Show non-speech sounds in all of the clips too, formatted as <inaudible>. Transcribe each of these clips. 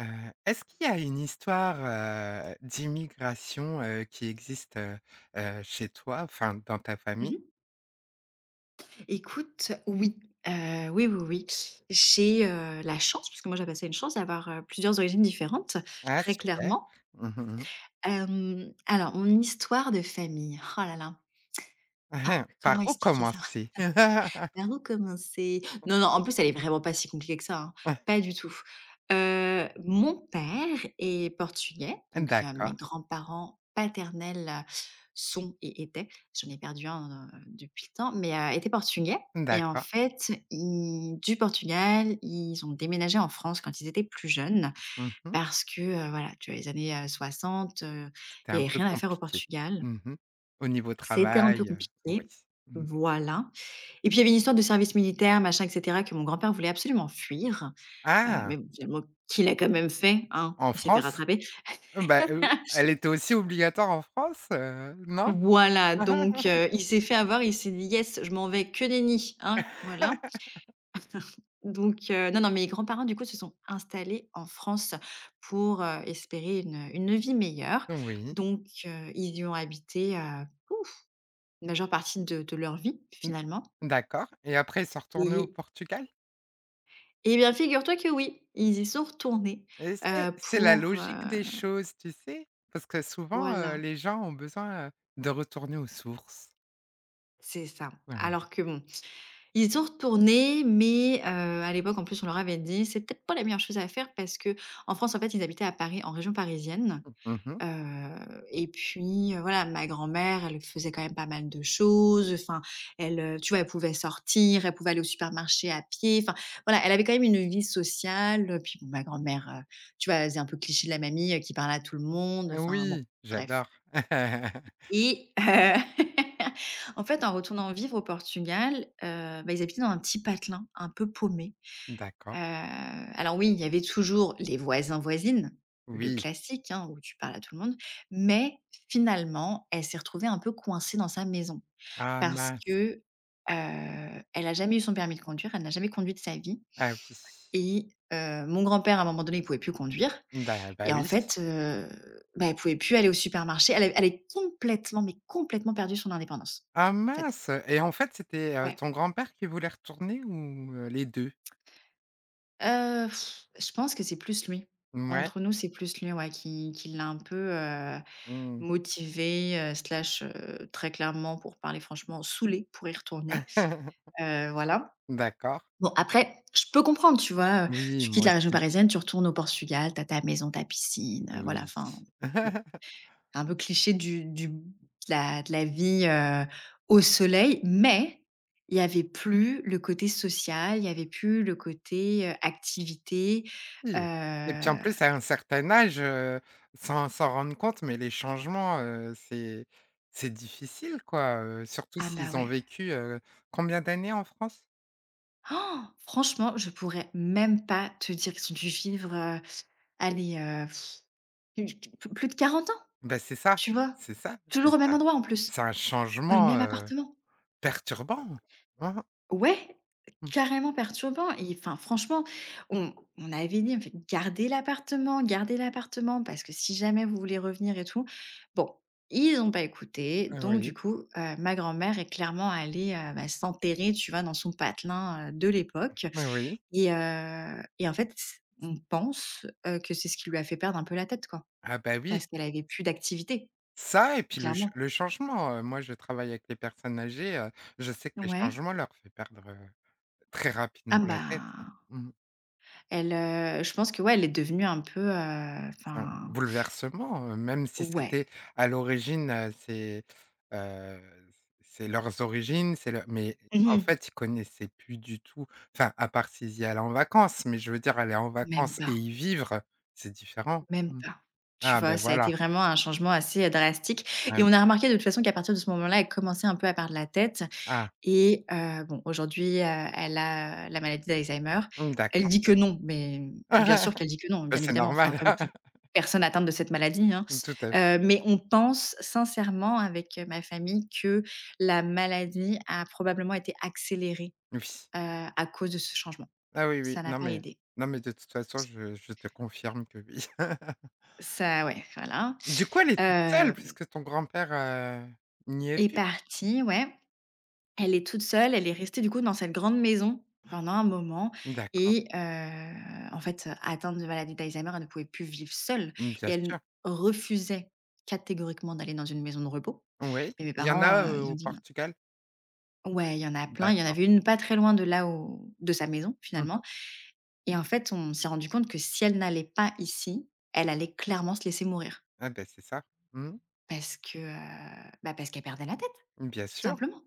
Heu, est-ce qu'il y a une histoire, d'immigration, qui existe, chez toi, enfin dans ta Mmh famille? mh. Écoute, oui, oui, oui, oui. J'ai, la chance, puisque moi j'appelle ça une chance, d'avoir, plusieurs origines différentes, Ah très super. clairement. Mmh mh. Alors mon histoire de famille, oh là là, <laughs> ah, Mmh. comment Par où expliquer ça? commencer? <laughs> Par où commencer? Non, non, en plus, elle est vraiment pas si compliquée que ça, hein, pas du tout. Mon père est portugais, donc mes D'accord, grands-parents paternels, sont et étaient- j'en ai perdu un, depuis le temps — mais étaient portugais. Et en d'accord. fait, ils du Portugal, ils ont déménagé en France quand ils étaient plus jeunes Mmh mh. parce que, voilà, tu vois, les années, 60, C'était il y un avait peu rien à faire au compliqué. Portugal. Mmh mh. Au niveau C'était un peu travail, oui. compliqué. Mmh. Voilà. Et puis, il y avait une histoire de service militaire, machin, et cetera, que mon grand-père voulait absolument fuir, Ah! mais bon, finalement, qui l'a quand même fait, hein? En Il s'est fait France? rattraper. Bah, elle <laughs> était aussi obligatoire en France, non? Voilà, donc il s'est fait avoir, il s'est dit: «Yes, je m'en vais, que nenni!» hein, voilà. <laughs> Donc non, non, mes grands-parents, du coup, se sont installés en France pour, espérer une vie meilleure. Oui. Donc ils y ont habité, ouf, la majeure partie de leur vie, Mmh. finalement. D'accord, et après ils sont retournés au Portugal? Eh bien, figure-toi que oui, ils y sont retournés, Et c'est c'est la pour, logique des choses, tu sais? Parce que souvent, voilà, les gens ont besoin, de retourner aux sources. c'est ça. Ouais, ouais. Alors que bon, ils y sont retournés, mais, à l'époque, en plus, on leur avait dit: «C'est peut-être pas la meilleure chose à faire» parce que en France, en fait, ils habitaient à Paris, en région parisienne. Mmh mh. Et puis, voilà, ma grand-mère, elle faisait quand même pas mal de choses, enfin, elle, tu vois, elle pouvait sortir, elle pouvait aller au supermarché à pied, enfin, voilà, elle avait quand même une vie sociale, puis bon, ma grand-mère, tu vois, elle faisait un peu cliché de la mamie, qui parle à tout le monde, Ah enfin, bon, oui, bref j'adore. <laughs> et <laughs> en fait, en retournant vivre au Portugal, bah, ils habitaient dans un petit patelin un peu paumé. Heu, D'accord. alors oui, il y avait toujours les voisins-voisines, le Oui. classique, hein, où tu parles à tout le monde, mais finalement, elle s'est retrouvée un peu coincée dans sa maison Ah parce mince. que, elle a jamais eu son permis de conduire, elle n'a jamais conduit de sa vie, Ah oui. et mon grand-père, à un moment donné, il pouvait plus conduire, Da bah et en oui. fait, bah, elle pouvait plus aller au supermarché. Elle avait complètement, mais complètement perdu son indépendance, Ah en fait. mince! Et en fait, c'était, Ouais. ton grand-père qui voulait retourner, ou, les deux. Heu, je pense que c'est plus lui. Mouais. Entre nous, c'est plus lui, ouais, qui l'a un peu, Mmh. motivé, slash, très clairement, pour parler franchement, saoulé pour y retourner, <laughs> voilà. D'accord. Bon après, je peux comprendre, tu vois? Heu, Oui, tu quittes moi la région aussi. parisienne, tu retournes au Portugal, tu as ta maison, ta piscine, voilà, Oui. enfin, bon. <laughs> Un peu cliché du de la vie, au soleil, mais il y avait plus le côté social, il y avait plus le côté, activité, heu Oui, et puis en plus à un certain âge, sans s'en rendre compte, mais les changements, c'est difficile, quoi, surtout ah bah s'ils ont ouais. vécu, combien d'années en France? Oh, franchement, je pourrais même pas te dire qu'ils ont dû vivre, allez, plus plus de 40 ans, Ben c'est ça, tu vois? c'est ça, heu, Toujours au c'est même un endroit en c'est plus, un dans le changement, même appartement. perturbant. Mmh mh, Ouais, mmh. carrément perturbant et enfin franchement, on avait dit, on fait: gardez l'appartement parce que si jamais vous voulez revenir et tout». Bon, ils n'ont pas écouté donc du Oui, coup, ma grand-mère est clairement allée, bah, s'enterrer, tu vois, dans son patelin, de l'époque, oui. et en fait, on pense, que c'est ce qui lui a fait perdre un peu la tête, quoi, Ah bah, oui, parce qu'elle avait plus d'activité, ça, et puis clairement. le changement. Moi, je travaille avec les personnes âgées, je sais que les Ouais. changements leur fait perdre, très rapidement Ah la tête, hein. bah, Mmh. elle, je pense que, ouais, elle est devenue un peu, Un enfin. bouleversement, même si Ouais. c'était à l'origine, heu, c'est leurs origines, c'est leur. Mais Mmh en mh. fait, ils connaissaient plus du tout. Enfin, à part s'ils y allaient en vacances, mais je veux dire, aller en Même vacances et pas, y vivre, c'est différent. même Mmh. pas. Tu Ah vois? ben Ça a voilà. été vraiment un changement assez, drastique, Ah et oui. on a remarqué de toute façon qu'à partir de ce moment-là, elle commençait un peu à perdre la tête, Ah, et bon aujourd'hui, elle a la maladie d'Alzheimer. mmh, Elle d'accord. dit que non, mais bien sûr <laughs> qu'elle dit que non, Ben bien c'est évidemment, enfin normal. comme <laughs> toute personne atteinte de cette maladie, hein. Tout à fait. Mais on pense sincèrement avec, ma famille que la maladie a probablement été accélérée, Oui. heu, à cause de ce changement. Ah oui, oui. Ça n'a Non pas mais aidé. De toute façon, je te confirme que oui. <laughs> Ça ouais, voilà. Du coup, elle est toute seule Hem, puisque ton grand-père, n'y est est plus? partie, ouais. Elle est toute seule, elle est restée du coup dans cette grande maison pendant un moment, D'accord. et en fait, atteinte de maladie d'Alzheimer, elle ne pouvait plus vivre seule, Mmh, bien et elle sûr, refusait catégoriquement d'aller dans une maison de repos. oui. Mais mes Il y en a, parents, ils ont au dit: «Ben» Portugal? ouais, il y en a plein, il y en D'accord. avait une pas très loin de là où de sa maison, Mmh. finalement, et en fait, on s'est rendu compte que si elle n'allait pas ici, elle allait clairement se laisser mourir. Ah ben c'est ça. Mmh. Parce que, bah, parce qu'elle perdait la tête, Bien tout sûr, simplement.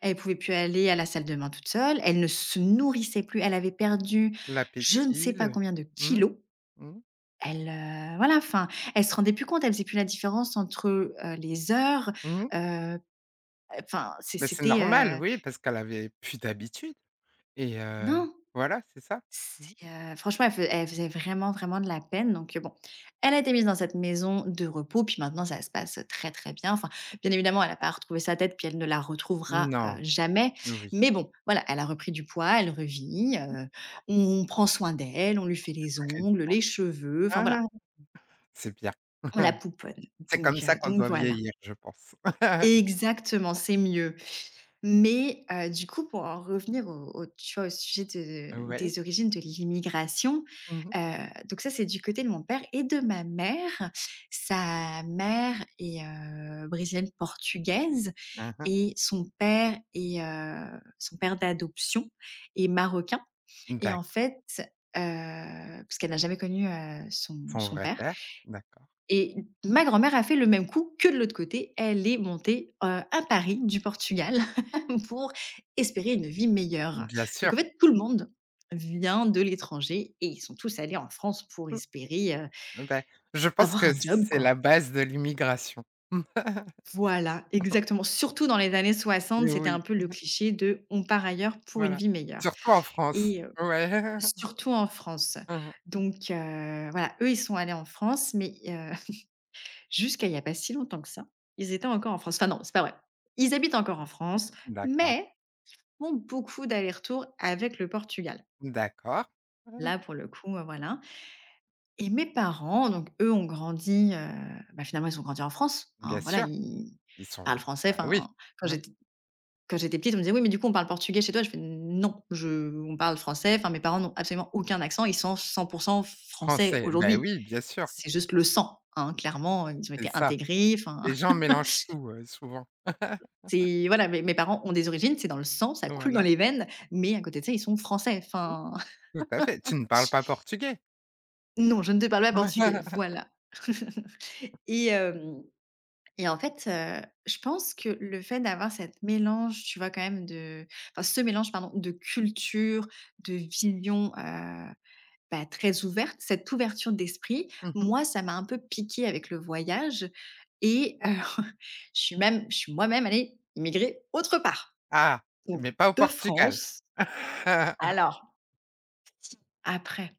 Elle pouvait plus aller à la salle de bain toute seule, elle ne se nourrissait plus, elle avait perdu je ne sais l'appétit, pas le combien de mmh, kilos. mmh, Elle, voilà, enfin, elle se rendait plus compte, elle faisait plus la différence entre, les heures, mmh. heu, enfin, c'est Mais c'est c'était, normal, oui, parce qu'elle avait plus d'habitude, et non! voilà, c'est ça. Mmh. C'est, franchement, elle faisait vraiment, vraiment de la peine donc bon, elle a été mise dans cette maison de repos puis maintenant ça se passe très, très bien. Enfin, bien évidemment, elle n'a pas retrouvé sa tête puis elle ne la retrouvera, Non, jamais, oui, mais bon, voilà, elle a repris du poids, elle revit, on prend soin d'elle, on lui fait les très bien. ongles, les cheveux, enfin voilà, Ah, c'est bien. on la <laughs> pouponne C'est comme ça qu'on donc doit voilà. vieillir, je pense. <laughs> Exactement, c'est mieux. Mais du coup, pour en revenir au tu vois, au sujet de Oui. des origines de l'immigration, Mmh mh. heu, donc ça, c'est du côté de mon père et de ma mère. Sa mère est, brésilienne portugaise, Mmh mh. et son père est, son père d'adoption est marocain, et en fait, parce qu'elle n'a jamais connu, son Son son vrai père, père, d'accord. et ma grand-mère a fait le même coup que de l'autre côté. Elle est montée, à Paris du Portugal <laughs> pour espérer une vie meilleure. Bien Donc sûr. en fait, tout le monde vient de l'étranger et ils sont tous allés en France pour espérer, Bah, je pense avoir que un job, c'est quoi. la base de l'immigration. <laughs> Voilà, exactement. Surtout dans les années 60, c'était Oui, un peu le cliché de: «On part ailleurs pour une voilà. vie meilleure», Surtout en France. et Ouais. <laughs> surtout en France. Mmh mh. Donc voilà, eux, ils sont allés en France, mais jusqu'à il y a pas si longtemps que ça, ils étaient encore en France. Enfin non, c'est pas vrai. Ils habitent encore en France, D'accord, mais font beaucoup d'allers-retours avec le Portugal. d'accord. Mhm. Là, pour le coup, voilà, et mes parents, donc eux ont grandi, bah, finalement, ils ont grandi en France, hein, Bien voilà, sûr, ils ils parlent sont, français. bah, oui, Enfin, quand hein, j'étais quand j'étais petite, on me disait: «Oui, mais du coup, on parle portugais chez toi?» je fais: «Non, je on parle français». Enfin, mes parents n'ont absolument aucun accent. Ils sont 100% français français. Bah, aujourd'hui. oui, bien sûr, C'est juste le sang, hein, clairement, ils ont c'est été ça. intégrés, enfin. Les gens mélangent tout, souvent. C'est voilà, mes parents ont des origines, c'est dans le sang, ça coule dans Voilà. les veines, mais à côté de ça, ils sont français. Mmh, Enfin, <laughs> tout à fait. Tu ne parles pas portugais? non, je ne te parle pas portugais, <laughs> voilà. <laughs> Et hem et en fait, je pense que le fait d'avoir cette mélange, tu vois, quand même de enfin, ce mélange, pardon, de culture, de vision, bah, très ouverte, cette ouverture d'esprit, Mmh. moi, ça m'a un peu piqué avec le voyage, et <laughs> je suis moi-même allée immigrer autre part, Ah, donc mais pas au de Portugal. France. <laughs> Alors, après,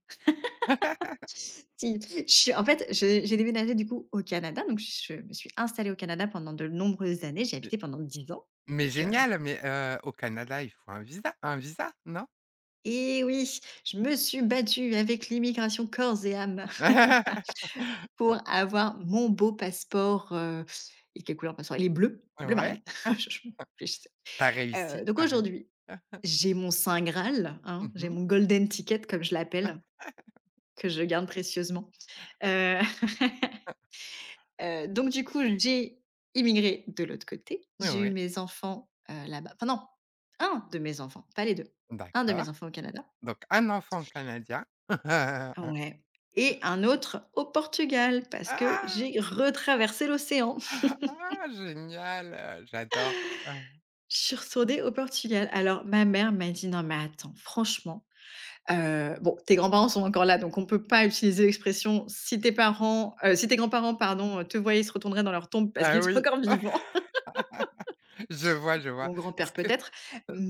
si, je suis en fait, je j'ai déménagé du coup au Canada, donc je me suis installée au Canada pendant de nombreuses années. J'ai Mais habité pendant 10 ans. Donc, génial, mais au Canada, il faut un visa, un visa, non? et oui, je me suis battue avec l'immigration corps et âme <laughs> <laughs> pour avoir mon beau passeport, et quelle couleur le passeport? Il est bleu, bleu Ouais. marine. <laughs> Hein, Je réfléchissais. t'as Heu, réussi, donc t'as réussi. aujourd'hui, Hein. j'ai mon saint graal, hein, j'ai Mmh. mon golden ticket comme je l'appelle, que je garde précieusement, heu <laughs> donc du coup, j'ai immigré de l'autre côté. Oui, J'ai eu oui. mes enfants, là-bas. Enfin non, un de mes enfants, pas les deux. Un de D'accord. mes enfants au Canada, Donc un enfant canadien. <laughs> ouais, et un autre au Portugal parce que Ah! j'ai retraversé l'océan. Ah! Génial, j'adore. Ah, <laughs> Je suis retournée au Portugal. Alors ma mère m'a dit: «Non mais attends, franchement, bon, tes grands-parents sont encore là, donc on peut pas utiliser l'expression si tes parents, si tes grands-parents, pardon, te voyaient, ils se retourneraient dans leur tombe parce ah qu'ils sont oui. encore <laughs> vivants». Je vois, je <laughs> vois. Mon Ce grand-père que peut-être,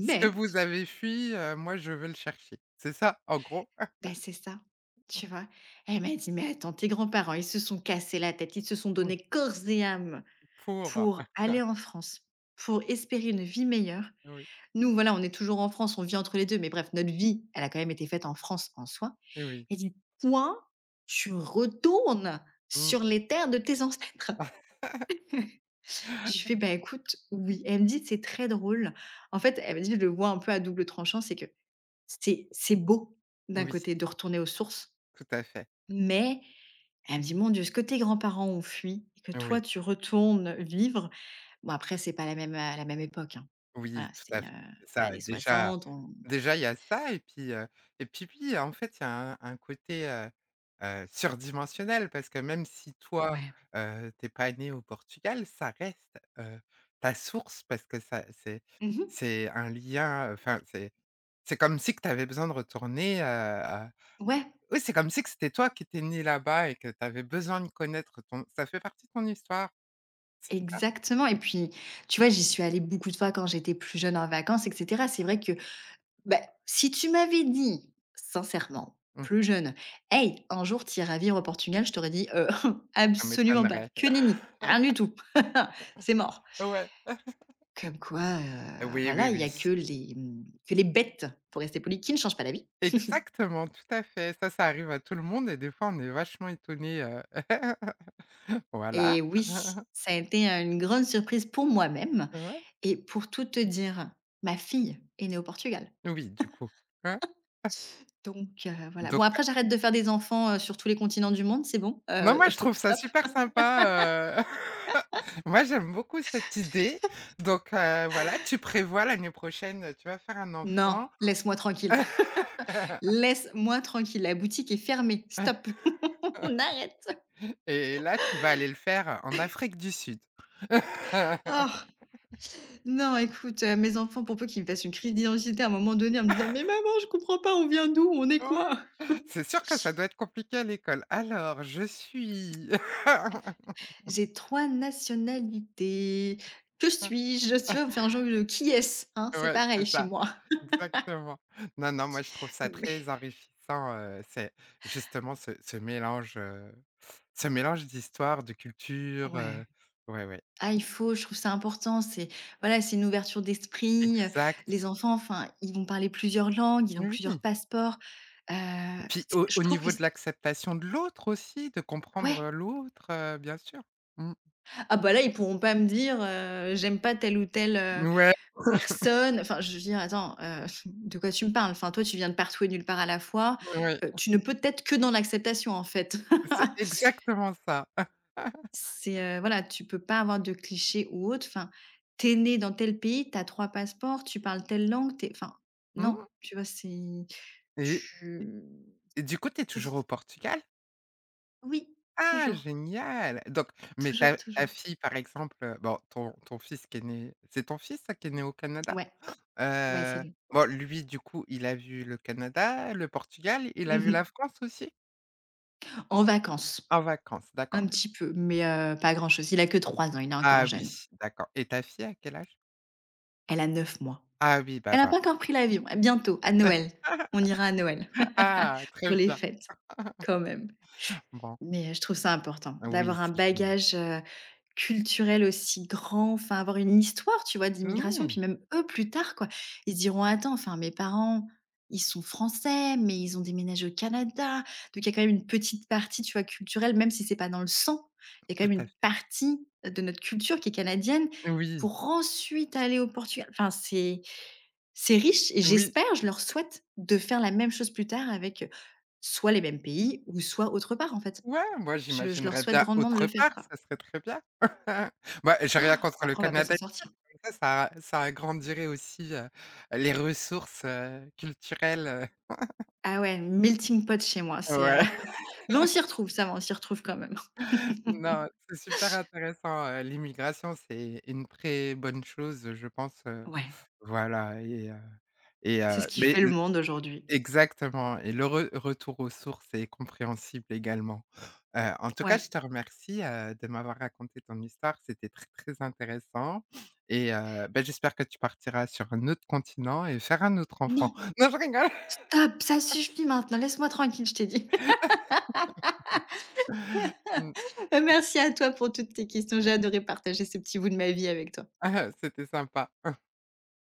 ce que vous avez fui, moi je veux le chercher. C'est ça, en gros? Bah, c'est ça, tu vois? Elle m'a dit: «Mais attends, tes grands-parents, ils se sont cassés la tête, ils se sont donnés <laughs> corps et âme Pour pour aller en France, pour espérer une vie meilleure. Oui, Nous, voilà, on est toujours en France, on vit entre les 2. Mais bref, notre vie, elle a quand même été faite en France en soi». oui. Elle dit: «Toi, tu retournes Mmh. sur les terres de tes ancêtres». <laughs> J'ai fait fais: «Bah, écoute, oui». Elle me dit: «C'est très drôle». En fait, elle me dit: «Je le vois un peu à double tranchant», c'est que c'est beau d'un Oui, côté de retourner aux sources. tout à fait. Mais elle me dit: «Mon Dieu, ce que tes grands-parents ont fui et que toi Oui. tu retournes vivre». Bon après c'est pas la même, la même époque, hein. Oui, Voilà, tout à c'était fait, c'est ça. Ouais. années Déjà 60. On déjà il y a ça, et puis oui, en fait, il y a un côté, surdimensionnel, parce que même si toi, Ouais. Tu pas né au Portugal, ça reste, ta source, parce que ça, c'est Mmh. c'est un lien, enfin, c'est comme si que tu avais besoin de retourner, à Ouais, oui, c'est comme si que c'était toi qui étais né là-bas et que tu avais besoin de connaître ton ça fait partie de ton histoire, c'est ça? exactement et puis, tu vois, j'y suis allée beaucoup de fois quand j'étais plus jeune en vacances et cetera. C'est vrai que, bah, si tu m'avais dit, sincèrement, Mmh, plus jeune: «Hey, un jour tu iras vivre au Portugal», je t'aurais dit: <laughs> ça absolument pas, m'étonnerait. que <laughs> nenni, rien du tout, <laughs> c'est mort». Ouais. Comme quoi, Oui, oui, voilà, il y oui. a que les bêtes, pour rester poli qui ne changent pas d'avis. Exactement, tout à fait. Ça arrive à tout le monde, et des fois, on est vachement étonné. <laughs> Et Voilà. oui, <laughs> ça a été, une grande surprise pour moi-même Ouais. et pour tout te dire, ma fille est née au Portugal. Oui, du coup. Ouais. Donc voilà. Bon Donc, après j'arrête de faire des enfants, sur tous les continents du monde, c'est bon. non, moi, je trouve <laughs> ça super sympa, heu, <laughs> moi, j'aime beaucoup cette idée. Donc, voilà, tu prévois l'année prochaine, tu vas faire un Non, enfant. <laughs> Laisse-moi tranquille, la boutique est fermée, stop, <laughs> on arrête. Et là, tu vas aller le faire en Afrique du Sud. Oh <laughs> non, écoute, mes enfants, pour peu qu'ils me fassent une crise d'identité à un moment donné en me disant: «Mais maman, je comprends pas, on vient d'où? On est Ouais, quoi?» c'est sûr que ça doit être compliqué à l'école. Alors je suis. J'ai 3 nationalités. Que <laughs> suis-je? Tu vois? On fait un jeu de qui est-ce, hein? C'est Ouais, pareil c'est chez ça. moi. Exactement. Non, non, moi, je trouve <laughs> ça Mais très enrichissant, c'est justement ce mélange, ce mélange d'histoire, de culture, ouais. ouais, ouais, Ah, il faut, je trouve ça important. C'est voilà, c'est une ouverture d'esprit, exact. les enfants, enfin, ils vont parler plusieurs langues, ils ont Oui, plusieurs passeports. Heu, et puis c'est au je au trouve que niveau de c l'acceptation de l'autre aussi, de comprendre, ouais. l'autre, bien sûr. Mmh. Ah bah, là, ils pourront pas me dire: «J'aime pas telle ou telle, Ouais, personne». Enfin, je veux dire, attends, <laughs> de quoi tu me parles? Enfin, toi, tu viens de partout et nulle part à la fois. Ouais, Tu ne peux être que dans l'acceptation, en fait. c'est <laughs> exactement ça. <laughs> C'est, voilà, tu peux pas avoir de clichés ou autre. Enfin, t'es né dans tel pays, t'as 3 passeports, tu parles telle langue, t'es enfin, non, Mmh. tu vois? C'est et tu et du coup, tu es toujours au Portugal? oui, Ah toujours, génial! Donc, mais toujours, ta toujours. fille, par exemple, bon, ton fils qui est né, c'est ton fils ça, qui est né au Canada? Ouais, ouais, c'est Heu, lui. bon, lui, du coup, il a vu le Canada, le Portugal, il a vu la Mmh. France aussi? En vacances, En vacances, un d'accord. petit peu, mais pas grand-chose. Il a que 3 ans, il est encore Ah oui, jeune. d'accord, et ta fille, à quel âge? Elle a 9 mois. Ah oui, bah. Elle a pas <laughs> encore pris l'avion. À bientôt, à Noël. On ira à Noël Ah, <laughs> pour très les bien. fêtes. Quand même. Bon, Mais, je trouve ça important oui, d'avoir un c'est génial. bagage, culturel aussi grand, enfin avoir une histoire, tu vois, d'immigration. Oui, Puis même eux plus tard quoi, ils se diront: «Attends, enfin mes parents, ils sont français, mais ils ont déménagé au Canada». Donc il y a quand même une petite partie, tu vois, culturelle, même si c'est pas dans le sang. Il y a quand tout même à une fait. partie de notre culture qui est canadienne Oui, pour ensuite aller au Portugal. Enfin c'est riche et oui. j'espère, je leur souhaite de faire la même chose plus tard avec, soit les mêmes pays ou soit autre part, en fait. Ouais, moi, Je leur j'imaginerais souhaite bien grandement de autre le faire, part, quoi. ça serait très bien. <laughs> Moi j'ai rien contre le Après on va pas s'en Canada. sortir. Ouais, ça agrandirait aussi, les ressources, culturelles, Ah ouais, melting pot chez moi, c'est, ouais. <laughs> <laughs> mais on s'y retrouve, ça va, on s'y retrouve quand même. Non, <laughs> c'est super intéressant, l'immigration, c'est une très bonne chose, je pense, Ouais, voilà. Et et c'est ce qui mais fait le l monde aujourd'hui. exactement, et le re retour aux sources est compréhensible également. En tout cas, Ouais. je te remercie, de m'avoir raconté ton histoire, c'était très, très intéressant. Et bah, j'espère que tu partiras sur un autre continent et faire un autre Non, enfant. <laughs> Non, je rigole. stop, ça suffit maintenant, laisse-moi tranquille, je t'ai dit. <laughs> <laughs> Bah, merci à toi pour toutes tes questions, j'ai adoré partager ce petit bout de ma vie avec toi. Ah ah, c'était sympa.